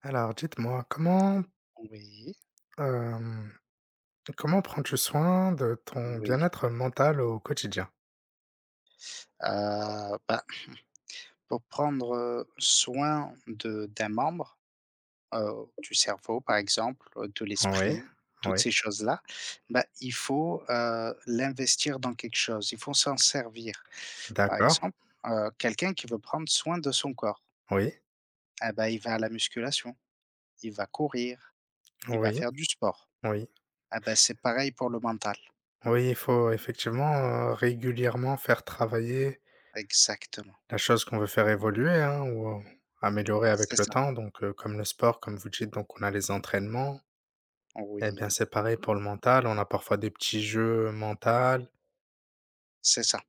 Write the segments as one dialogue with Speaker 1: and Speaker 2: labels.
Speaker 1: Alors dites-moi, comment,
Speaker 2: Oui,
Speaker 1: hem, comment prends-tu soin de ton
Speaker 2: oui,
Speaker 1: bien-être mental au quotidien?
Speaker 2: bah, pour prendre, soin de d'un membre, du cerveau par exemple, de
Speaker 1: Oui,
Speaker 2: l'esprit, toutes
Speaker 1: oui,
Speaker 2: ces choses-là, bah, il faut, l'investir dans quelque chose, il faut s'en servir. Par
Speaker 1: d'accord,
Speaker 2: exemple, quelqu'un qui veut prendre soin de son corps,
Speaker 1: oui,
Speaker 2: ah bah, il va à la musculation, il va courir, il va
Speaker 1: oui,
Speaker 2: faire du sport.
Speaker 1: oui.
Speaker 2: Ah bah, c'est pareil pour le mental.
Speaker 1: Oui, il faut effectivement, régulièrement faire travailler
Speaker 2: Exactement,
Speaker 1: la chose qu'on veut faire évoluer, hein, ou améliorer avec
Speaker 2: c'est
Speaker 1: le
Speaker 2: ça.
Speaker 1: temps, donc comme le sport, comme vous dites, donc on a les entraînements et bien
Speaker 2: Oui,
Speaker 1: c'est pareil pour le mental, on a parfois des petits jeux mental,
Speaker 2: c'est ça.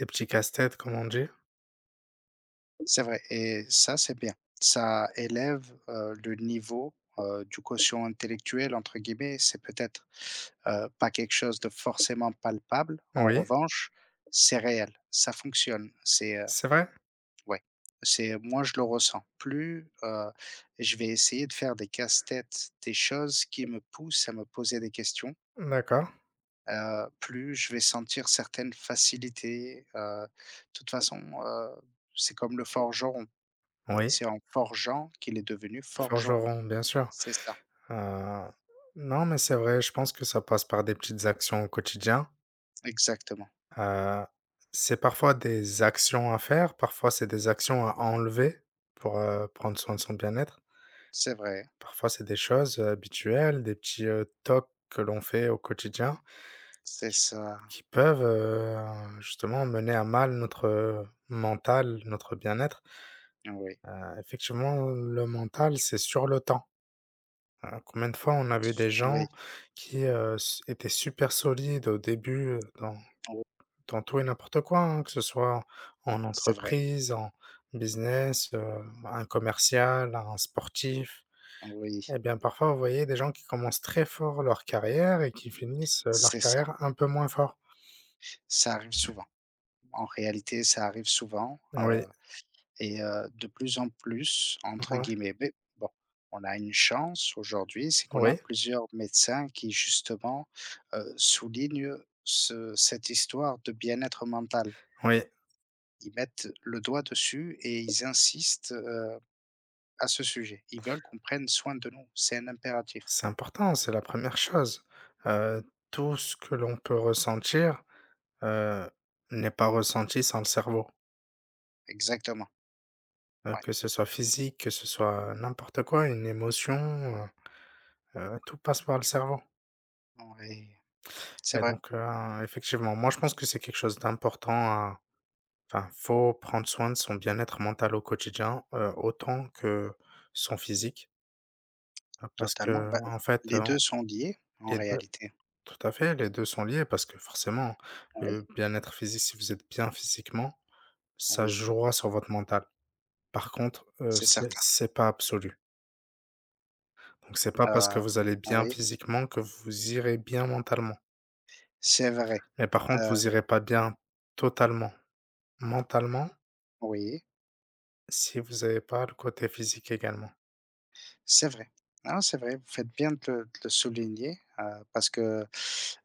Speaker 1: des petits casse-têtes comme on dit.
Speaker 2: C'est vrai et ça, c'est bien. Ça élève, le niveau, du quotient «intellectuel» entre guillemets. C'est peut-être, pas quelque chose de forcément palpable. En
Speaker 1: Oui,
Speaker 2: revanche, c'est réel, ça fonctionne.
Speaker 1: c'est vrai?
Speaker 2: Ouais, c'est moi, je le ressens. Plus, je vais essayer de faire des casse-têtes, des choses qui me poussent à me poser des questions,
Speaker 1: D'accord,
Speaker 2: plus je vais sentir certaines facilités, de toute façon, c'est comme le forgeron.
Speaker 1: oui.
Speaker 2: C'est en forgeant qu'il est devenu forgeron.
Speaker 1: Forgeron, bien sûr.
Speaker 2: C'est ça,
Speaker 1: Heu, non, mais c'est vrai, je pense que ça passe par des petites actions au quotidien.
Speaker 2: exactement.
Speaker 1: Heu, c'est parfois des actions à faire, parfois c'est des actions à enlever pour, prendre soin de son bien-être.
Speaker 2: C'est vrai,
Speaker 1: Parfois, c'est des choses, habituelles, des petits, tocs que l'on fait au quotidien
Speaker 2: c'est
Speaker 1: qui
Speaker 2: ça.
Speaker 1: qui peuvent, justement mener à mal notre, mental, notre bien-être.
Speaker 2: Oui,
Speaker 1: Heu, Effectivement, le mental, c'est sur le temps. Combien de fois on a vu des
Speaker 2: oui,
Speaker 1: gens qui, s étaient super solides au début, dans
Speaker 2: oui,
Speaker 1: tout et n'importe quoi, hein, que ce soit en
Speaker 2: c'est vrai.
Speaker 1: entreprise, en business, un commercial, un sportif.
Speaker 2: Oui,
Speaker 1: Eh bien, parfois, vous voyez des gens qui commencent très fort leur carrière et qui finissent, leur
Speaker 2: c'est ça.
Speaker 1: carrière un peu moins fort.
Speaker 2: Ça arrive souvent. En réalité, ça arrive souvent,
Speaker 1: Oui,
Speaker 2: et de plus en plus, entre
Speaker 1: ouais,
Speaker 2: guillemets. Mais bon, on a une chance aujourd'hui, c'est qu'on a
Speaker 1: oui,
Speaker 2: plusieurs médecins qui justement, soulignent ce cette histoire de bien-être mental.
Speaker 1: oui,
Speaker 2: Ils mettent le doigt dessus et ils insistent, à ce sujet. Ils veulent qu'on prenne soin de nous, c'est un impératif.
Speaker 1: c'est important, c'est la première chose. Heu, Tout ce que l'on peut ressentir, heu, n'est pas ressenti sans le cerveau.
Speaker 2: Exactement, ouais,
Speaker 1: Que ce soit physique, que ce soit n'importe quoi, une émotion, heu tout passe par le cerveau
Speaker 2: ouais, c'est
Speaker 1: et
Speaker 2: vrai,
Speaker 1: donc effectivement, moi, je pense que c'est quelque chose d'important à enfin, faut prendre soin de son bien-être mental au quotidien, autant que son physique, parce que,
Speaker 2: totalement. Bah,
Speaker 1: en fait,
Speaker 2: les 2 sont liés en
Speaker 1: les 2,
Speaker 2: réalité.
Speaker 1: tout à fait, les 2 sont liés parce que forcément,
Speaker 2: Oui,
Speaker 1: le bien-être physique, si vous êtes bien physiquement, ça
Speaker 2: oui,
Speaker 1: jouera sur votre mental. Par contre,
Speaker 2: c'est
Speaker 1: c'est
Speaker 2: certain.
Speaker 1: c'est pas absolu. Donc c'est pas parce que
Speaker 2: Heu,
Speaker 1: vous allez bien
Speaker 2: oui,
Speaker 1: physiquement que vous irez bien mentalement.
Speaker 2: c'est vrai.
Speaker 1: Mais par contre,
Speaker 2: Heu,
Speaker 1: vous irez pas bien totalement, mentalement,
Speaker 2: oui,
Speaker 1: si vous avez pas le côté physique également.
Speaker 2: c'est vrai. Non, c'est vrai, vous faites bien de le souligner, parce que,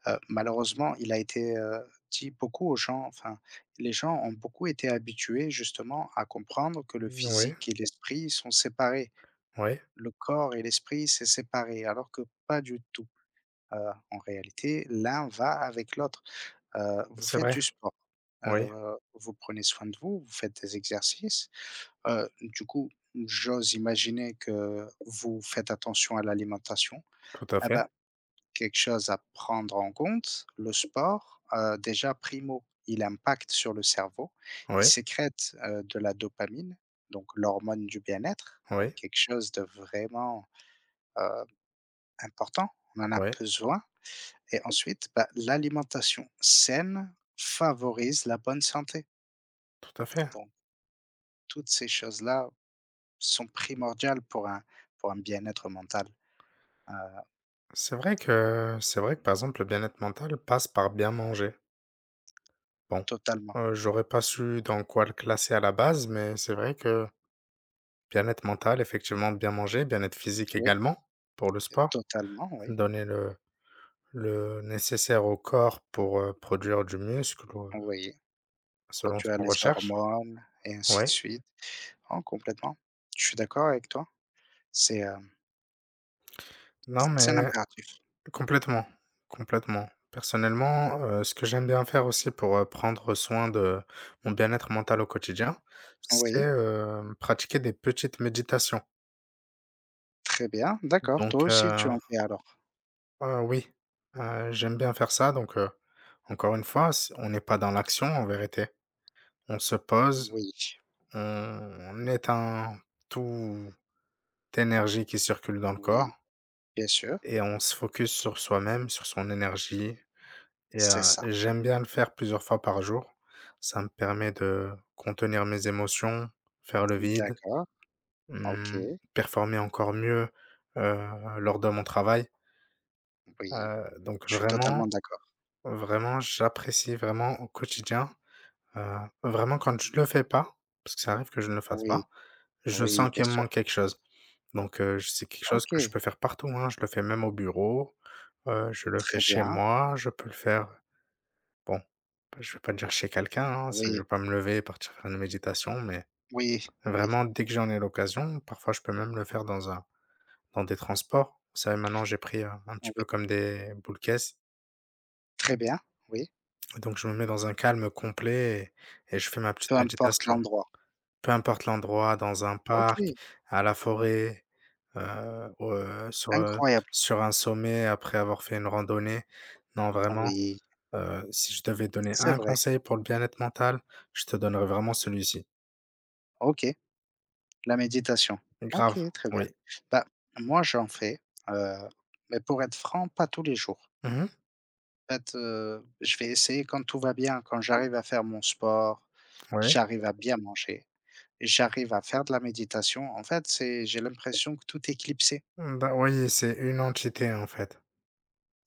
Speaker 2: malheureusement, il a été, dit beaucoup aux gens, enfin, les gens ont beaucoup été habitués justement à comprendre que le
Speaker 1: Oui,
Speaker 2: physique et l'esprit sont séparés.
Speaker 1: oui,
Speaker 2: Le corps et l'esprit, c'est séparé, alors que pas du tout. En réalité, l'un va avec l'autre. Vous
Speaker 1: c'est
Speaker 2: faites
Speaker 1: vrai.
Speaker 2: du sport,
Speaker 1: Oui,
Speaker 2: vous prenez soin de vous, vous faites des exercices. Du coup, j'ose imaginer que vous faites attention à l'alimentation.
Speaker 1: tout à
Speaker 2: Ah
Speaker 1: fait.
Speaker 2: ben, quelque chose à prendre en compte, le sport, déjà primo, il impacte sur le cerveau. Il
Speaker 1: Oui,
Speaker 2: sécrète, de la dopamine, donc l'hormone du bien-être, donc
Speaker 1: oui,
Speaker 2: quelque chose de vraiment, euh, important, on en a
Speaker 1: oui,
Speaker 2: besoin et ensuite, bah, l'alimentation saine favorise la bonne santé.
Speaker 1: tout à fait.
Speaker 2: Donc toutes ces choses-là sont primordiales pour un bien-être mental, heu,
Speaker 1: C'est vrai que par exemple, le bien-être mental passe par bien manger. Bon,
Speaker 2: totalement.
Speaker 1: j'aurais pas su dans quoi le classer à la base, mais c'est vrai que bien-être mental, effectivement, bien manger, bien-être physique
Speaker 2: Oui,
Speaker 1: également, pour le sport,
Speaker 2: totalement, oui.
Speaker 1: donner le nécessaire au corps pour, produire du muscle ou,
Speaker 2: Oui,
Speaker 1: selon ce
Speaker 2: produire
Speaker 1: qu'on
Speaker 2: les
Speaker 1: recherche.
Speaker 2: hormones et ainsi
Speaker 1: Oui.
Speaker 2: de suite. Oh complètement. Je suis d'accord avec toi. C'est, heu,
Speaker 1: Non,
Speaker 2: c'est un
Speaker 1: mais
Speaker 2: impératif.
Speaker 1: complètement, complètement. Personnellement, ce que j'aime bien faire aussi pour, prendre soin de mon bien-être mental au quotidien, c'est,
Speaker 2: Oui,
Speaker 1: pratiquer des petites méditations.
Speaker 2: très bien, d'accord.
Speaker 1: Donc,
Speaker 2: Toi aussi tu en fais alors?
Speaker 1: oui, j'aime bien faire ça donc, encore une fois, c on n'est pas dans l'action en vérité. On se pose,
Speaker 2: Oui,
Speaker 1: on on éteint tout d'énergie qui circule dans le corps
Speaker 2: oui, bien sûr,
Speaker 1: et on se focus sur soi-même, sur son énergie et
Speaker 2: c'est ça.
Speaker 1: j'aime bien le faire plusieurs fois par jour. Ça me permet de contenir mes émotions, faire le vide,
Speaker 2: D'accord,
Speaker 1: mmh,
Speaker 2: OK.
Speaker 1: performer encore mieux, heu, lors de mon travail,
Speaker 2: Oui,
Speaker 1: donc
Speaker 2: je suis
Speaker 1: vraiment,
Speaker 2: totalement d'accord.
Speaker 1: vraiment, j'apprécie vraiment au quotidien, heu, vraiment quand je le fais pas, parce que ça arrive que je ne le fasse
Speaker 2: Oui,
Speaker 1: pas, je
Speaker 2: oui,
Speaker 1: sens
Speaker 2: bien
Speaker 1: qu'il me
Speaker 2: sûr.
Speaker 1: manque quelque chose. Donc c'est quelque chose que je
Speaker 2: OK,
Speaker 1: peux faire partout, hein. Je le fais même au bureau, je le fais
Speaker 2: très
Speaker 1: chez
Speaker 2: bien.
Speaker 1: moi, je peux le faire bon, je vais pas dire chez quelqu'un, hein, c'est je
Speaker 2: Oui,
Speaker 1: vais pas me lever et partir faire une méditation, mais
Speaker 2: oui, oui,
Speaker 1: vraiment dès que j'en ai l'occasion, parfois je peux même le faire dans un dans des transports. Vous savez maintenant j'ai pris, un petit
Speaker 2: oui,
Speaker 1: peu comme des boules caisses,
Speaker 2: très bien, oui.
Speaker 1: donc je me mets dans un calme complet et je fais ma petite
Speaker 2: Peu importe
Speaker 1: méditation.
Speaker 2: l'endroit.
Speaker 1: Peu importe l'endroit, dans un parc,
Speaker 2: OK,
Speaker 1: à la forêt, ou, sur,
Speaker 2: incroyable.
Speaker 1: sur un sommet après avoir fait une randonnée. Non, vraiment,
Speaker 2: Oui,
Speaker 1: si je devais donner
Speaker 2: c'est
Speaker 1: un
Speaker 2: vrai.
Speaker 1: conseil pour le bien-être mental, je te donnerais vraiment celui-ci.
Speaker 2: OK, la méditation. OK,
Speaker 1: Grave,
Speaker 2: très bien.
Speaker 1: oui.
Speaker 2: Bah, moi, j'en fais, heu, mais pour être franc, pas tous les jours.
Speaker 1: Mmh mh.
Speaker 2: En fait, je vais essayer quand tout va bien, quand j'arrive à faire mon sport,
Speaker 1: Ouais.
Speaker 2: j'arrive à bien manger, j'arrive à faire de la méditation. En fait, c'est j'ai l'impression que tout est clipsé.
Speaker 1: Mmh, bah, oui, c'est une entité, en fait.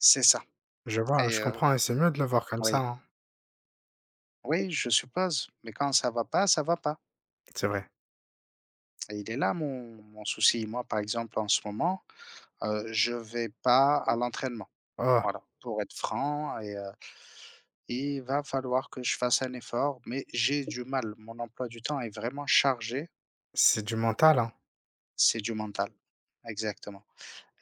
Speaker 2: C'est ça
Speaker 1: Je vois, je
Speaker 2: et
Speaker 1: comprends et c'est mieux de le voir comme ça,
Speaker 2: oui,
Speaker 1: hein.
Speaker 2: oui, je suppose, mais quand ça va pas
Speaker 1: C'est vrai.
Speaker 2: et il est là mon souci. Moi, par exemple, en ce moment, je vais pas à l'entraînement.
Speaker 1: Oh,
Speaker 2: Voilà, pour être franc et il va falloir que je fasse un effort, mais j'ai du mal. Mon emploi du temps est vraiment chargé,
Speaker 1: c'est du mental, hein.
Speaker 2: c'est du mental. Exactement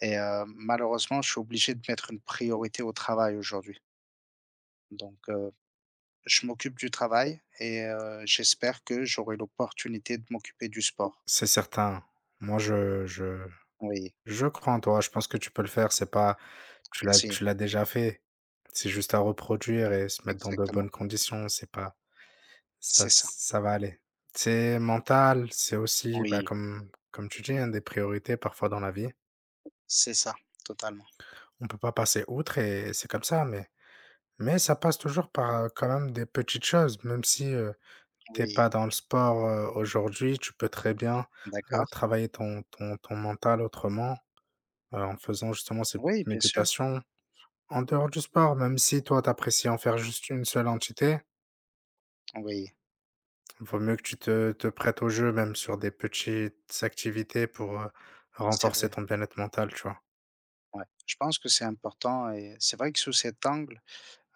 Speaker 2: et malheureusement, je suis obligé de mettre une priorité au travail aujourd'hui, donc. Je m'occupe du travail et j'espère que j'aurai l'opportunité de m'occuper du sport.
Speaker 1: C'est certain. Moi, je je
Speaker 2: Oui,
Speaker 1: Je crois en toi, je pense que tu peux le faire, c'est pas tu l'as tu
Speaker 2: merci,
Speaker 1: l'as déjà fait. C'est juste à reproduire et se mettre dans de bonnes
Speaker 2: exactement.
Speaker 1: conditions, c'est pas ça
Speaker 2: C'est ça.
Speaker 1: ça va aller. C'est mental, c'est aussi, bah,
Speaker 2: Oui,
Speaker 1: comme comme tu dis, hein, des priorités parfois dans la vie.
Speaker 2: c'est ça, totalement.
Speaker 1: On peut pas passer outre et c'est comme ça, mais ça passe toujours par, quand même des petites choses. Même si, tu es pas
Speaker 2: Oui,
Speaker 1: dans le sport, aujourd'hui, tu peux très bien,
Speaker 2: d'accord.
Speaker 1: travailler ton mental autrement, en faisant justement ces
Speaker 2: Oui,
Speaker 1: petites
Speaker 2: bien sûr.
Speaker 1: méditations. En dehors du sport, même si toi, t'apprécies en faire juste une seule entité,
Speaker 2: Oui,
Speaker 1: vaut mieux que tu te prêtes au jeu, même sur des petites activités pour
Speaker 2: c'est
Speaker 1: renforcer
Speaker 2: vrai.
Speaker 1: ton bien-être mental, tu vois.
Speaker 2: Ouais, je pense que c'est important et c'est vrai que sous cet angle,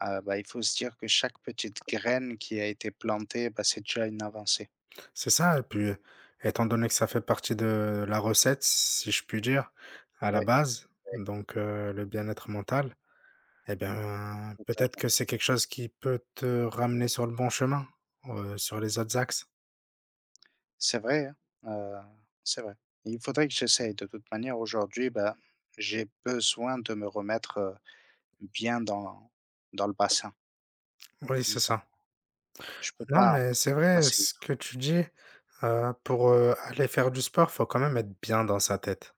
Speaker 2: bah, il faut se dire que chaque petite graine qui a été plantée, bah, c'est déjà une avancée.
Speaker 1: C'est ça, et puis, étant donné que ça fait partie de la recette, si je puis dire, à la
Speaker 2: Oui.
Speaker 1: base, donc le bien-être mental, eh bien, peut-être que c'est quelque chose qui peut te ramener sur le bon chemin, sur les autres axes.
Speaker 2: C'est vrai, hein, heu, c'est vrai. Il faudrait que j'essaye de toute manière aujourd'hui, bah, j'ai besoin de me remettre, bien dans dans le bassin.
Speaker 1: Oui, c'est
Speaker 2: Donc,
Speaker 1: ça.
Speaker 2: je peux
Speaker 1: Non,
Speaker 2: pas
Speaker 1: mais c'est vrai
Speaker 2: passer
Speaker 1: ce
Speaker 2: outre.
Speaker 1: que tu dis, pour, aller faire du sport, faut quand même être bien dans sa tête.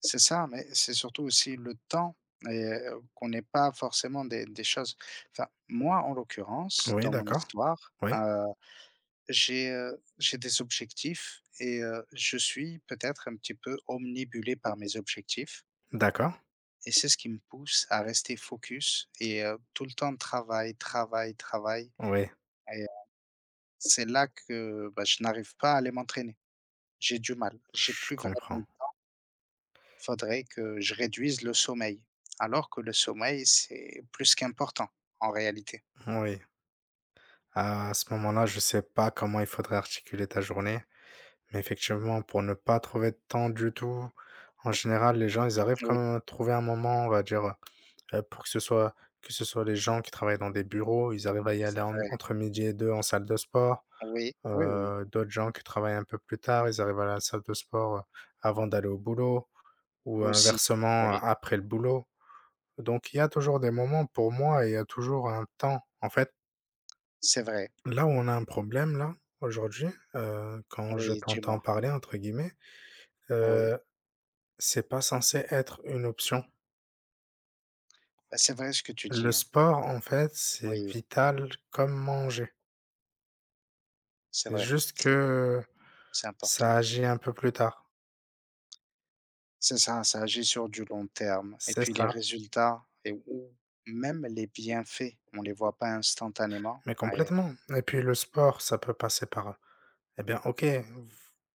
Speaker 2: C'est ça, mais c'est surtout aussi le temps et qu'on n'est pas forcément des choses enfin, moi, en l'occurrence,
Speaker 1: Oui,
Speaker 2: dans mon
Speaker 1: d'accord.
Speaker 2: histoire,
Speaker 1: Oui,
Speaker 2: j'ai des objectifs et je suis peut-être un petit peu omnibulé par mes objectifs.
Speaker 1: d'accord.
Speaker 2: Et c'est ce qui me pousse à rester focus et tout le temps travail, travail, travail
Speaker 1: Oui,
Speaker 2: et c'est là que, bah, je n'arrive pas à aller m'entraîner. J'ai du mal, j'ai
Speaker 1: je
Speaker 2: plus
Speaker 1: comprends.
Speaker 2: vraiment. Il faudrait que je réduise le sommeil, alors que le sommeil, c'est plus qu'important en réalité.
Speaker 1: Oui. À ce moment-là, je sais pas comment il faudrait articuler ta journée, mais effectivement, pour ne pas trouver de temps du tout, en général, les gens, ils arrivent quand
Speaker 2: Oui,
Speaker 1: même à trouver un moment, on va dire, pour que ce soit les gens qui travaillent dans des bureaux, ils arrivent à y aller
Speaker 2: c'est
Speaker 1: en
Speaker 2: vrai.
Speaker 1: entre midi et deux en salle de sport.
Speaker 2: Oui, oui, oui,
Speaker 1: D'autres gens qui travaillent un peu plus tard, ils arrivent à la salle de sport, avant d'aller au boulot ou
Speaker 2: aussi.
Speaker 1: inversement,
Speaker 2: Oui,
Speaker 1: après le boulot. Donc il y a toujours des moments pour moi et il y a toujours un temps. En fait,
Speaker 2: c'est vrai.
Speaker 1: là où on a un problème là, aujourd'hui, quand je
Speaker 2: Oui,
Speaker 1: t'entends
Speaker 2: dis-moi.
Speaker 1: «parler» entre guillemets,
Speaker 2: Oui,
Speaker 1: heu, c'est pas censé être une option.
Speaker 2: bah, c'est vrai ce que tu
Speaker 1: Le
Speaker 2: dis, hein.
Speaker 1: sport en fait, c'est
Speaker 2: Oui,
Speaker 1: vital comme manger.
Speaker 2: c'est
Speaker 1: C'est
Speaker 2: vrai,
Speaker 1: juste que
Speaker 2: c'est important.
Speaker 1: ça agit un peu plus tard.
Speaker 2: C'est ça, ça agit sur du long terme et
Speaker 1: C'est
Speaker 2: puis les
Speaker 1: ça,
Speaker 2: résultats et ou même les bienfaits, on les voit pas instantanément
Speaker 1: mais
Speaker 2: et
Speaker 1: complètement et puis le sport, ça peut passer par, eh bien, OK,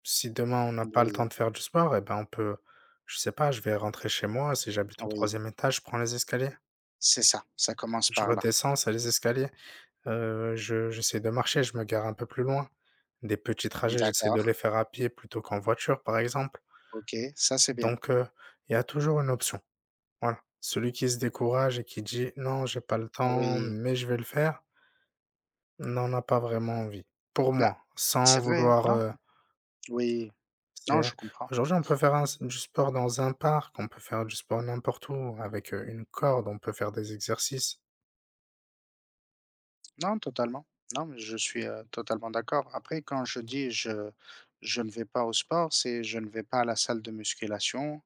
Speaker 1: si demain on n'a pas le temps
Speaker 2: oui,
Speaker 1: de faire du sport, eh bien on peut je sais pas, je vais rentrer chez moi, si j'habite au
Speaker 2: oui,
Speaker 1: troisième étage, je prends les escaliers.
Speaker 2: c'est ça, ça commence
Speaker 1: Je
Speaker 2: par là.
Speaker 1: redescends, c'est les escaliers. Je j'essaie de marcher, je me gare un peu plus loin. Des petits trajets, j'essaie
Speaker 2: D'accord,
Speaker 1: de les faire à pied plutôt qu'en voiture, par exemple.
Speaker 2: OK, ça c'est bien.
Speaker 1: Donc il y a toujours une option, voilà. Celui qui se décourage et qui dit: «Non, j'ai pas le temps,
Speaker 2: Oui,
Speaker 1: mais je vais le faire», n'en a pas vraiment envie. Pour
Speaker 2: bah,
Speaker 1: moi, sans
Speaker 2: c'est vrai, hein,
Speaker 1: vouloir,
Speaker 2: non? Oui,
Speaker 1: c'est
Speaker 2: non, je comprends.
Speaker 1: aujourd'hui, on peut faire un du sport dans un parc, on peut faire du sport n'importe où avec, une corde, on peut faire des exercices.
Speaker 2: Non, totalement. Non, mais je suis, totalement d'accord. Après quand je dis: je ne vais pas au sport», c'est je ne vais pas à la salle de musculation,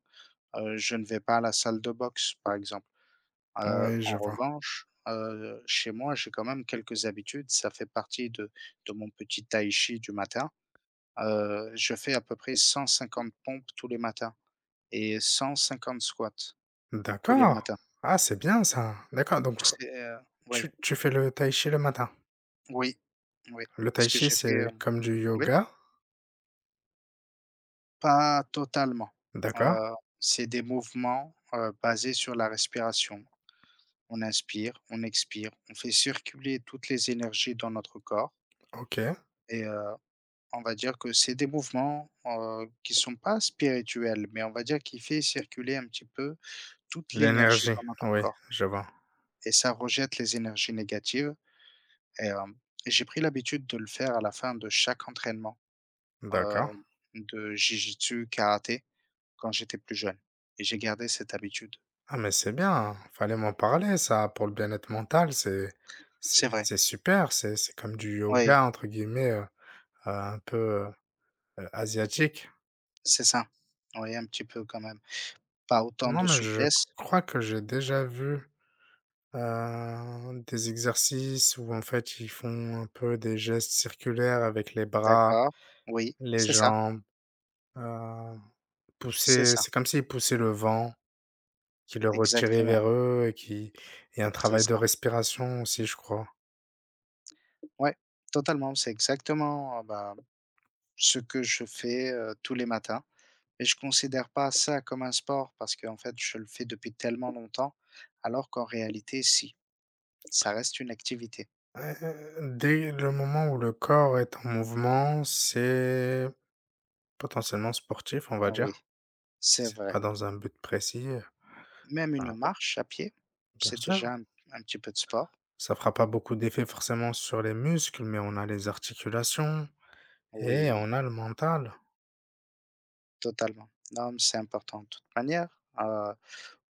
Speaker 2: je ne vais pas à la salle de boxe, par exemple.
Speaker 1: Oui, je
Speaker 2: En
Speaker 1: vois.
Speaker 2: revanche, chez moi, j'ai quand même quelques habitudes. Ça fait partie de mon petit tai chi du matin. Je fais à peu près 150 pompes tous les matins et 150 squats tous les
Speaker 1: D'accord!
Speaker 2: matins.
Speaker 1: Ah, c'est bien ça. D'accord, donc
Speaker 2: C'est, heu oui,
Speaker 1: tu fais le tai chi le matin?
Speaker 2: oui, oui,
Speaker 1: Le tai
Speaker 2: parce que
Speaker 1: chi,
Speaker 2: j'ai fait,
Speaker 1: c'est
Speaker 2: hem
Speaker 1: comme du
Speaker 2: oui,
Speaker 1: yoga?
Speaker 2: pas totalement.
Speaker 1: D'accord,
Speaker 2: Heu, c'est des mouvements, basés sur la respiration. On inspire, on expire, on fait circuler toutes les énergies dans notre corps
Speaker 1: OK.
Speaker 2: et On va dire que c'est des mouvements, qui sont pas spirituels, mais on va dire qui fait circuler un petit peu toute l'énergie
Speaker 1: L'énergie,
Speaker 2: dans notre
Speaker 1: oui,
Speaker 2: corps
Speaker 1: je vois.
Speaker 2: et ça rejette les énergies négatives et j'ai pris l'habitude de le faire à la fin de chaque entraînement,
Speaker 1: D'accord.
Speaker 2: heu, de jiu-jitsu, karaté quand j'étais plus jeune et j'ai gardé cette habitude.
Speaker 1: Ah, mais c'est bien, fallait m'en parler ça pour le bien-être mental, c'est c'est
Speaker 2: C'est vrai,
Speaker 1: c'est super, c'est comme du
Speaker 2: oui,
Speaker 1: yoga entre guillemets, un peu, heu, asiatique.
Speaker 2: c'est ça. Oui, un petit peu quand même. Pas autant
Speaker 1: Non,
Speaker 2: de
Speaker 1: mais je
Speaker 2: souplesse,
Speaker 1: crois que j'ai déjà vu, des exercices où en fait ils font un peu des gestes circulaires avec les bras,
Speaker 2: d'accord, oui,
Speaker 1: les jambes, heu,
Speaker 2: c'est
Speaker 1: pousser
Speaker 2: ça,
Speaker 1: c'est comme s'ils poussaient le vent, qui le retiraient
Speaker 2: exactement,
Speaker 1: vers eux et qui et un
Speaker 2: c'est
Speaker 1: travail de
Speaker 2: ça.
Speaker 1: respiration aussi, je crois.
Speaker 2: Ouais, totalement. C'est exactement, bah, ce que je fais, tous les matins et je considère pas ça comme un sport parce qu'en fait, je le fais depuis tellement longtemps, alors qu'en réalité, si, ça reste une activité.
Speaker 1: Dès le moment où le corps est en mouvement, c'est potentiellement sportif, on va dire.
Speaker 2: Oui, c'est
Speaker 1: C'est
Speaker 2: vrai.
Speaker 1: pas dans un but précis,
Speaker 2: Même une
Speaker 1: ben,
Speaker 2: marche à pied,
Speaker 1: bien
Speaker 2: c'est
Speaker 1: sûr.
Speaker 2: déjà un petit peu de sport.
Speaker 1: Ça fera pas beaucoup d'effet forcément sur les muscles, mais on a les articulations et
Speaker 2: Oui,
Speaker 1: on a le mental.
Speaker 2: totalement. Non, mais c'est important de toute manière.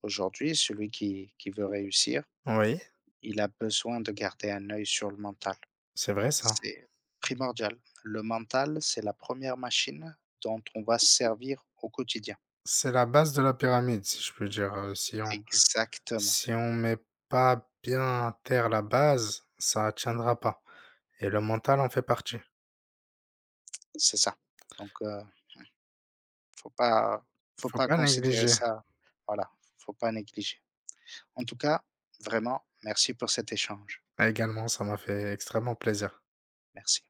Speaker 2: Aujourd'hui, celui qui veut réussir,
Speaker 1: Oui,
Speaker 2: il a besoin de garder un œil sur le mental.
Speaker 1: c'est vrai ça.
Speaker 2: C'est primordial. Le mental, c'est la première machine dont on va se servir au quotidien.
Speaker 1: C'est la base de la pyramide, si je peux dire. Euh, si on
Speaker 2: Exactement,
Speaker 1: si on met pas bien à terre la base, ça tiendra pas. Et le mental en fait partie.
Speaker 2: c'est ça. Donc, faut pas faut
Speaker 1: Faut
Speaker 2: pas
Speaker 1: pas
Speaker 2: considérer
Speaker 1: négliger.
Speaker 2: ça voilà, faut pas négliger. En tout cas, vraiment, merci pour cet échange.
Speaker 1: Ah, également, ça m'a fait extrêmement plaisir.
Speaker 2: Merci.